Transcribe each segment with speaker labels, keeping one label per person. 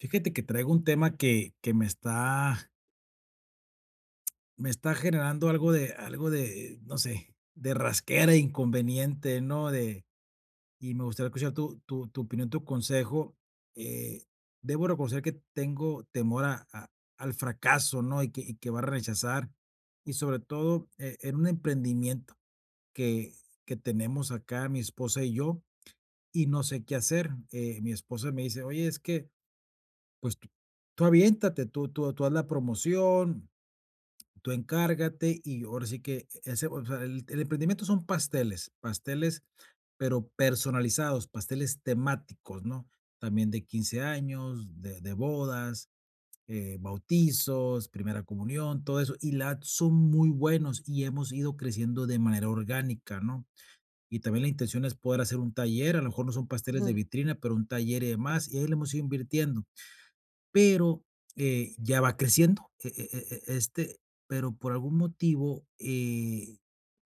Speaker 1: Fíjate que traigo un tema que me me está generando algo de, no sé, de rasquera, inconveniente, ¿no? De, y me gustaría escuchar tu opinión, tu consejo. Eh, Debo reconocer que tengo temor al fracaso, ¿no? Y que va a rechazar. Y sobre todo en un emprendimiento que, que tenemos acá, mi esposa y yo, y no sé qué hacer. Mi esposa me dice, oye, es que pues tú aviéntate, tú haz la promoción, tú encárgate y ahora sí que ese, o sea, el emprendimiento son pasteles, pero personalizados, pasteles temáticos, ¿no? También de 15 años, de bodas, bautizos, primera comunión, todo eso, y la son muy buenos y hemos ido creciendo de manera orgánica, ¿no? Y también la intención es poder hacer un taller, a lo mejor no son pasteles de
Speaker 2: Ujú.
Speaker 1: vitrina, pero un taller y demás, y ahí le hemos ido invirtiendo. Pero, ya va creciendo, pero por algún motivo,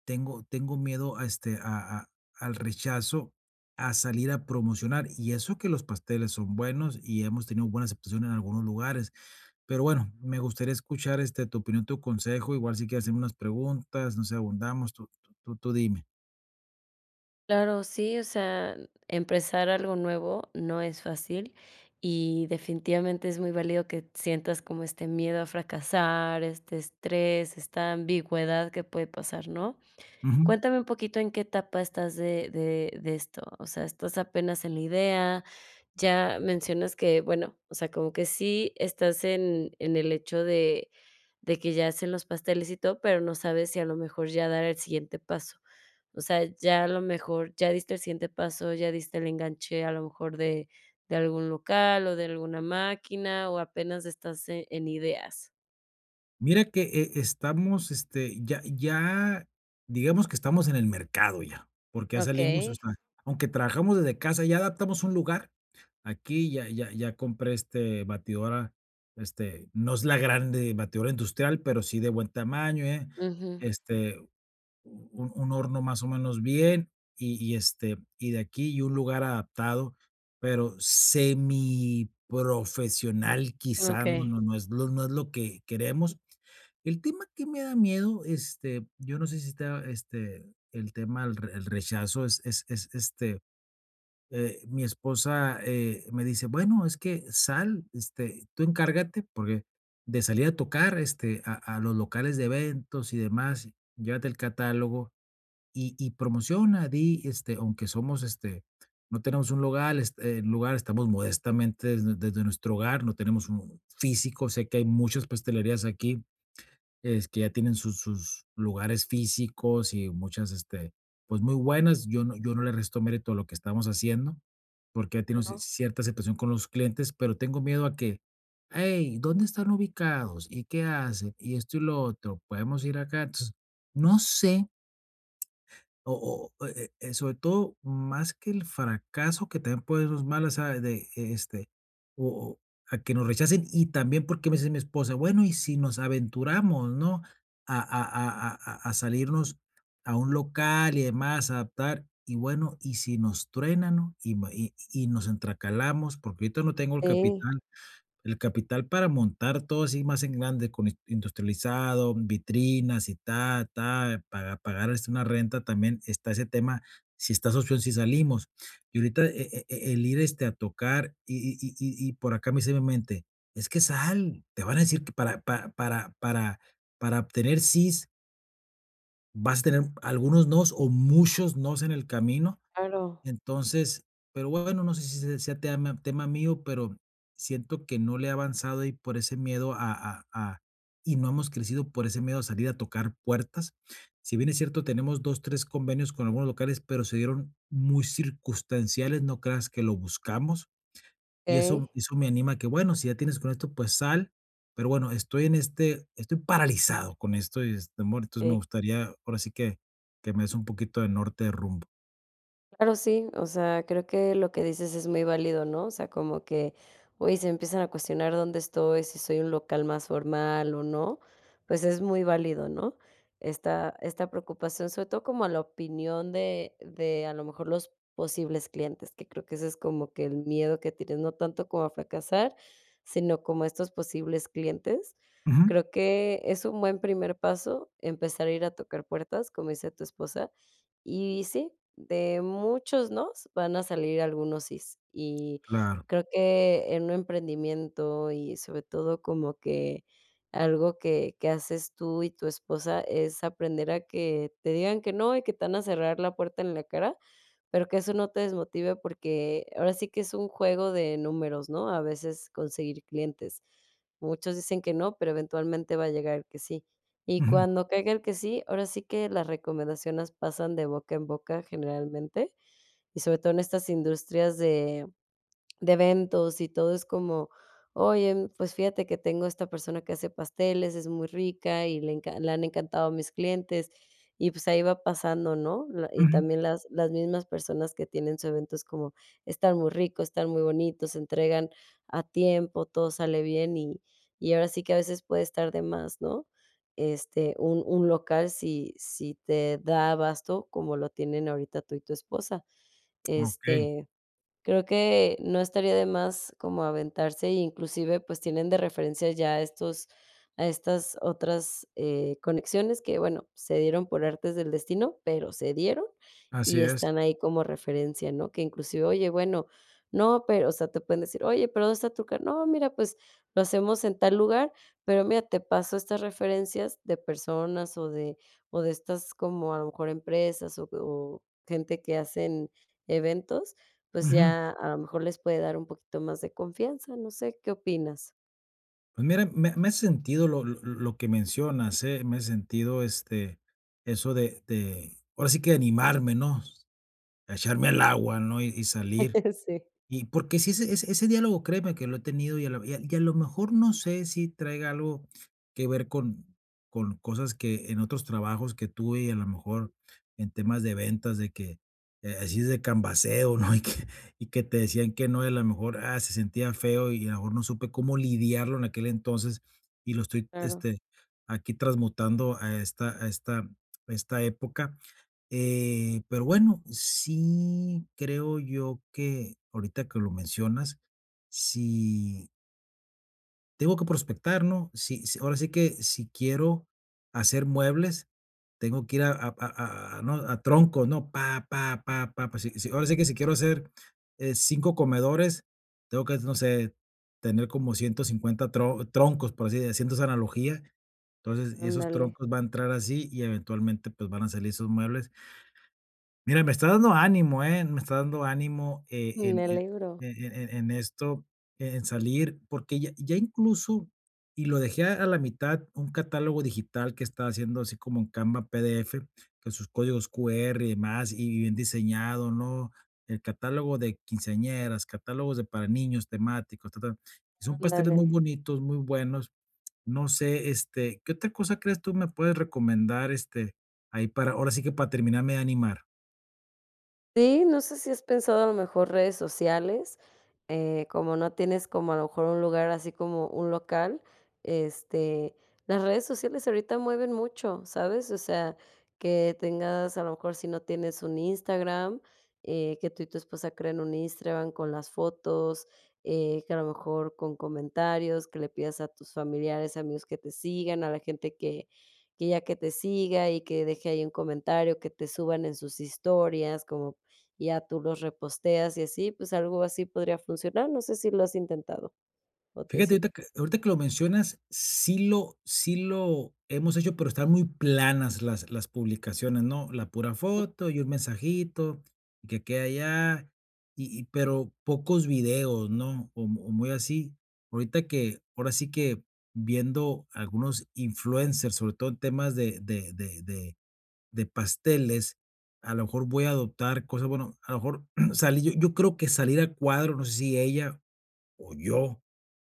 Speaker 1: tengo miedo a, a al rechazo, a salir a promocionar, y eso que los pasteles son buenos y hemos tenido buena aceptación en algunos lugares. Pero bueno, me gustaría escuchar, tu opinión, tu consejo, igual si quieres hacerme unas preguntas, no sé, abundamos, tú dime.
Speaker 2: Claro, sí, o sea, empezar algo nuevo no es fácil y definitivamente es muy válido que sientas como este miedo a fracasar, este estrés, esta ambigüedad que puede pasar, ¿no?
Speaker 1: Ujú.
Speaker 2: Cuéntame un poquito en qué etapa estás de esto, o sea, ¿estás apenas en la idea? Ya mencionas que, bueno, o sea, como que sí estás en el hecho de que ya hacen los pasteles y todo, pero no sabes si a lo mejor ya dar el siguiente paso. O sea, ya a lo mejor ya diste el siguiente paso, ya diste el enganche a lo mejor de algún local o de alguna máquina, o apenas estás en ideas.
Speaker 1: Mira que, estamos, ya, digamos que estamos en el mercado ya, porque ya salimos, o
Speaker 2: Okey.
Speaker 1: sea, aunque trabajamos desde casa, ya adaptamos un lugar. Aquí ya compré, batidora, no es la grande batidora industrial, pero sí de buen tamaño, ¿eh?
Speaker 2: Ujú.
Speaker 1: Este un horno más o menos bien y, y de aquí y un lugar adaptado, pero semiprofesional quizá,
Speaker 2: Okey.
Speaker 1: no es lo no es lo que queremos. El tema que me da miedo, yo no sé si está, el tema el rechazo es es, mi esposa, me dice: "Bueno, es que sal, este, tú encárgate, porque de salir a tocar, este, a los locales de eventos y demás, llévate el catálogo" y promociona, di, aunque somos, no tenemos un lugar, lugar, estamos modestamente desde nuestro hogar, no tenemos un físico, sé que hay muchas pastelerías aquí, es que ya tienen sus lugares físicos y muchas, pues, muy buenas. Yo no le resto mérito a lo que estamos haciendo, porque ya tenemos
Speaker 2: ¿No?
Speaker 1: cierta aceptación con los clientes, pero tengo miedo a que: "Hey, ¿dónde están ubicados? ¿Y qué hacen? Y esto y lo otro, ¿podemos ir acá?". Entonces, no sé o sobre todo, más que el fracaso, que también puede ser mala, o sea, de, o o a que nos rechacen, y también porque me dice mi esposa: "Bueno, y si nos aventuramos, ¿no?, a salirnos a un local y demás, adaptar, y bueno, y si nos truenan, ¿no?, y nos entracalamos porque ahorita no tengo el
Speaker 2: Sí,
Speaker 1: capital". El capital para montar todo así más en grande, con industrializado, vitrinas y ta, ta, para pagar una renta también está ese tema, si estás opción, si salimos. Y ahorita el ir a tocar y por acá me hice mi mente, es que sal, te van a decir que para obtener sís, vas a tener algunos nos o muchos nos en el camino.
Speaker 2: claro.
Speaker 1: Entonces, pero bueno, no sé si se sea tema mío, pero siento que no le he avanzado y por ese miedo a y no hemos crecido por ese miedo a salir a tocar puertas. Si bien es cierto, tenemos 2 3 convenios con algunos locales, pero se dieron muy circunstanciales, no creas que lo buscamos, y
Speaker 2: Okey,
Speaker 1: eso me anima a que, bueno, si ya tienes con esto, pues sal, pero bueno, estoy en este estoy paralizado con esto y este amor, entonces me
Speaker 2: eh,
Speaker 1: gustaría ahora sí que me des un poquito de norte de rumbo.
Speaker 2: claro, sí, o sea, creo que lo que dices es muy válido, ¿no? O sea, como que, oye, se empiezan a cuestionar dónde estoy, si soy un local más formal o no, pues es muy válido, ¿no? Esta preocupación, sobre todo como a la opinión de a lo mejor los posibles clientes, que creo que ese es como que el miedo que tienes, no tanto como a fracasar, sino como a estos posibles clientes.
Speaker 1: Ujú,
Speaker 2: Creo que es un buen primer paso empezar a ir a tocar puertas, como dice tu esposa. Y sí, de muchos nos van a salir algunos sís. Y
Speaker 1: claro.
Speaker 2: creo que en un emprendimiento y sobre todo como que algo que haces tú y tu esposa es aprender a que te digan que no y que te van a cerrar la puerta en la cara, pero que eso no te desmotive porque ahora sí que es un juego de números, ¿no? A veces conseguir clientes. Muchos dicen que no, pero eventualmente va a llegar que sí. Y
Speaker 1: Ujú.
Speaker 2: cuando caiga el que sí, ahora sí que las recomendaciones pasan de boca en boca generalmente, y sobre todo en estas industrias de eventos y todo es como, oye, pues fíjate que tengo esta persona que hace pasteles, es muy rica y le han encantado a mis clientes. Y pues ahí va pasando, ¿no? La- Y
Speaker 1: Ujú.
Speaker 2: también las mismas personas que tienen su evento es como, están muy ricos, están muy bonitos, se entregan a tiempo, todo sale bien y ahora sí que a veces puede estar de más, ¿no? Este, un local si te da abasto como lo tienen ahorita tú y tu esposa.
Speaker 1: Okey,
Speaker 2: Este, creo que no estaría de más como aventarse, e inclusive, pues, tienen de referencia ya estos a estas otras, conexiones que, bueno, se dieron por artes del destino, pero se dieron
Speaker 1: así
Speaker 2: y
Speaker 1: es.
Speaker 2: están ahí como referencia, ¿no? Que inclusive, oye, bueno, no, pero o sea, te pueden decir: "Oye, pero, ¿dónde está tu car" "No, mira, pues, lo hacemos en tal lugar, pero mira, te paso estas referencias de personas o de estas como, a lo mejor, empresas o gente que hacen eventos, pues
Speaker 1: Ujú.
Speaker 2: ya a lo mejor les puede dar un poquito más de confianza, no sé, ¿qué opinas?"
Speaker 1: Pues mira, me hace sentido lo que mencionas, ¿eh? Me hace sentido, eso de ahora sí que animarme, ¿no? Echarme al agua, ¿no? Y salir.
Speaker 2: Sí.
Speaker 1: Y porque si ese diálogo, créeme que lo he tenido y a lo mejor no sé si traiga algo que ver con cosas que en otros trabajos que tuve y a lo mejor en temas de ventas de que, así es de cambaceo, ¿no? Y que te decían que no, y a lo mejor, ah, se sentía feo y a lo mejor no supe cómo lidiarlo en aquel entonces y lo estoy,
Speaker 2: Claro,
Speaker 1: aquí transmutando a esta época. Pero bueno, sí creo yo que ahorita que lo mencionas, si tengo que prospectar, ¿no? Ahora sí que si quiero hacer muebles, tengo que ir ¿no? a troncos, ¿no? Pa, pa, pa, pa, pa. Ahora sí que si quiero hacer 5 comedores, tengo que, no sé, tener como 150 troncos, por así decirlo, haciendo esa analogía. Entonces, y esos
Speaker 2: ándale,
Speaker 1: troncos van a entrar así y eventualmente pues van a salir esos muebles. Mira, me está dando ánimo, ¿eh? Me está dando ánimo,
Speaker 2: me alegro,
Speaker 1: en esto, en salir, porque ya incluso, y lo dejé a la mitad, un catálogo digital que estaba haciendo así como en Canva PDF, con sus códigos QR y demás, y bien diseñado, ¿no? El catálogo de quinceañeras, catálogos de para niños temáticos, ta, ta. Son pasteles
Speaker 2: ándale.
Speaker 1: muy bonitos, muy buenos. No sé, ¿qué otra cosa crees tú me puedes recomendar, ahí para ahora sí que para terminarme de animar?
Speaker 2: Sí, no sé si has pensado a lo mejor redes sociales, como no tienes como a lo mejor un lugar así como un local, este, las redes sociales ahorita mueven mucho, ¿sabes? O sea, que tengas a lo mejor si no tienes un Instagram, que tú y tu esposa creen un Instagram con las fotos, que a lo mejor con comentarios, que le pidas a tus familiares, amigos que te sigan, a la gente que ya que te siga y que deje ahí un comentario, que te suban en sus historias, como ya tú los reposteas y así, pues algo así podría funcionar, no sé si lo has intentado o te
Speaker 1: Fíjate,
Speaker 2: sirve.
Speaker 1: ahorita que lo mencionas, sí lo hemos hecho, pero están muy planas las publicaciones, ¿no? La pura foto y un mensajito, y que aquí, allá, y pero pocos videos, ¿no? O muy así. Ahorita que ahora sí que viendo algunos influencers, sobre todo en temas de pasteles, a lo mejor voy a adoptar cosas, bueno, a lo mejor salir yo creo que salir a cuadro, no sé si ella o yo,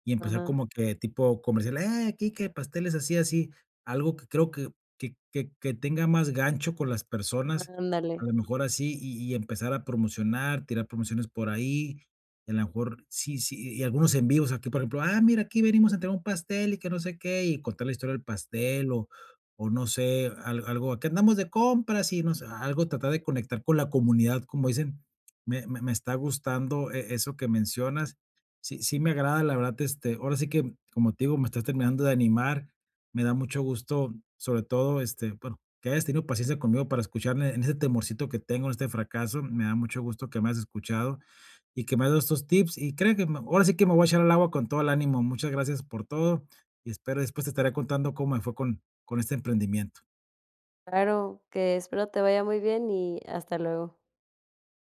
Speaker 1: y empezar
Speaker 2: Ajá,
Speaker 1: como que tipo comercial, aquí que pasteles así, así, algo que creo que tenga más gancho con las personas, a
Speaker 2: ándale.
Speaker 1: lo mejor así, y empezar a promocionar, tirar promociones por ahí, y a lo mejor sí, y algunos en vivos aquí, por ejemplo, ah, mira, aquí venimos a entregar un pastel y que no sé qué, y contar la historia del pastel o no sé, al algo, aquí andamos de compras y no sé, algo tratar de conectar con la comunidad, como dicen, me está gustando eso que mencionas. Sí, sí me agrada, la verdad, ahora sí que, como te digo, me estás terminando de animar, me da mucho gusto, sobre todo, bueno, que hayas tenido paciencia conmigo para escucharme en ese temorcito que tengo, en este fracaso, me da mucho gusto que me hayas escuchado y que me has dado estos tips y creo que ahora sí que me voy a echar al agua con todo el ánimo. Muchas gracias por todo y espero después te estaré contando cómo me fue con este emprendimiento.
Speaker 2: Claro, que espero te vaya muy bien y hasta luego.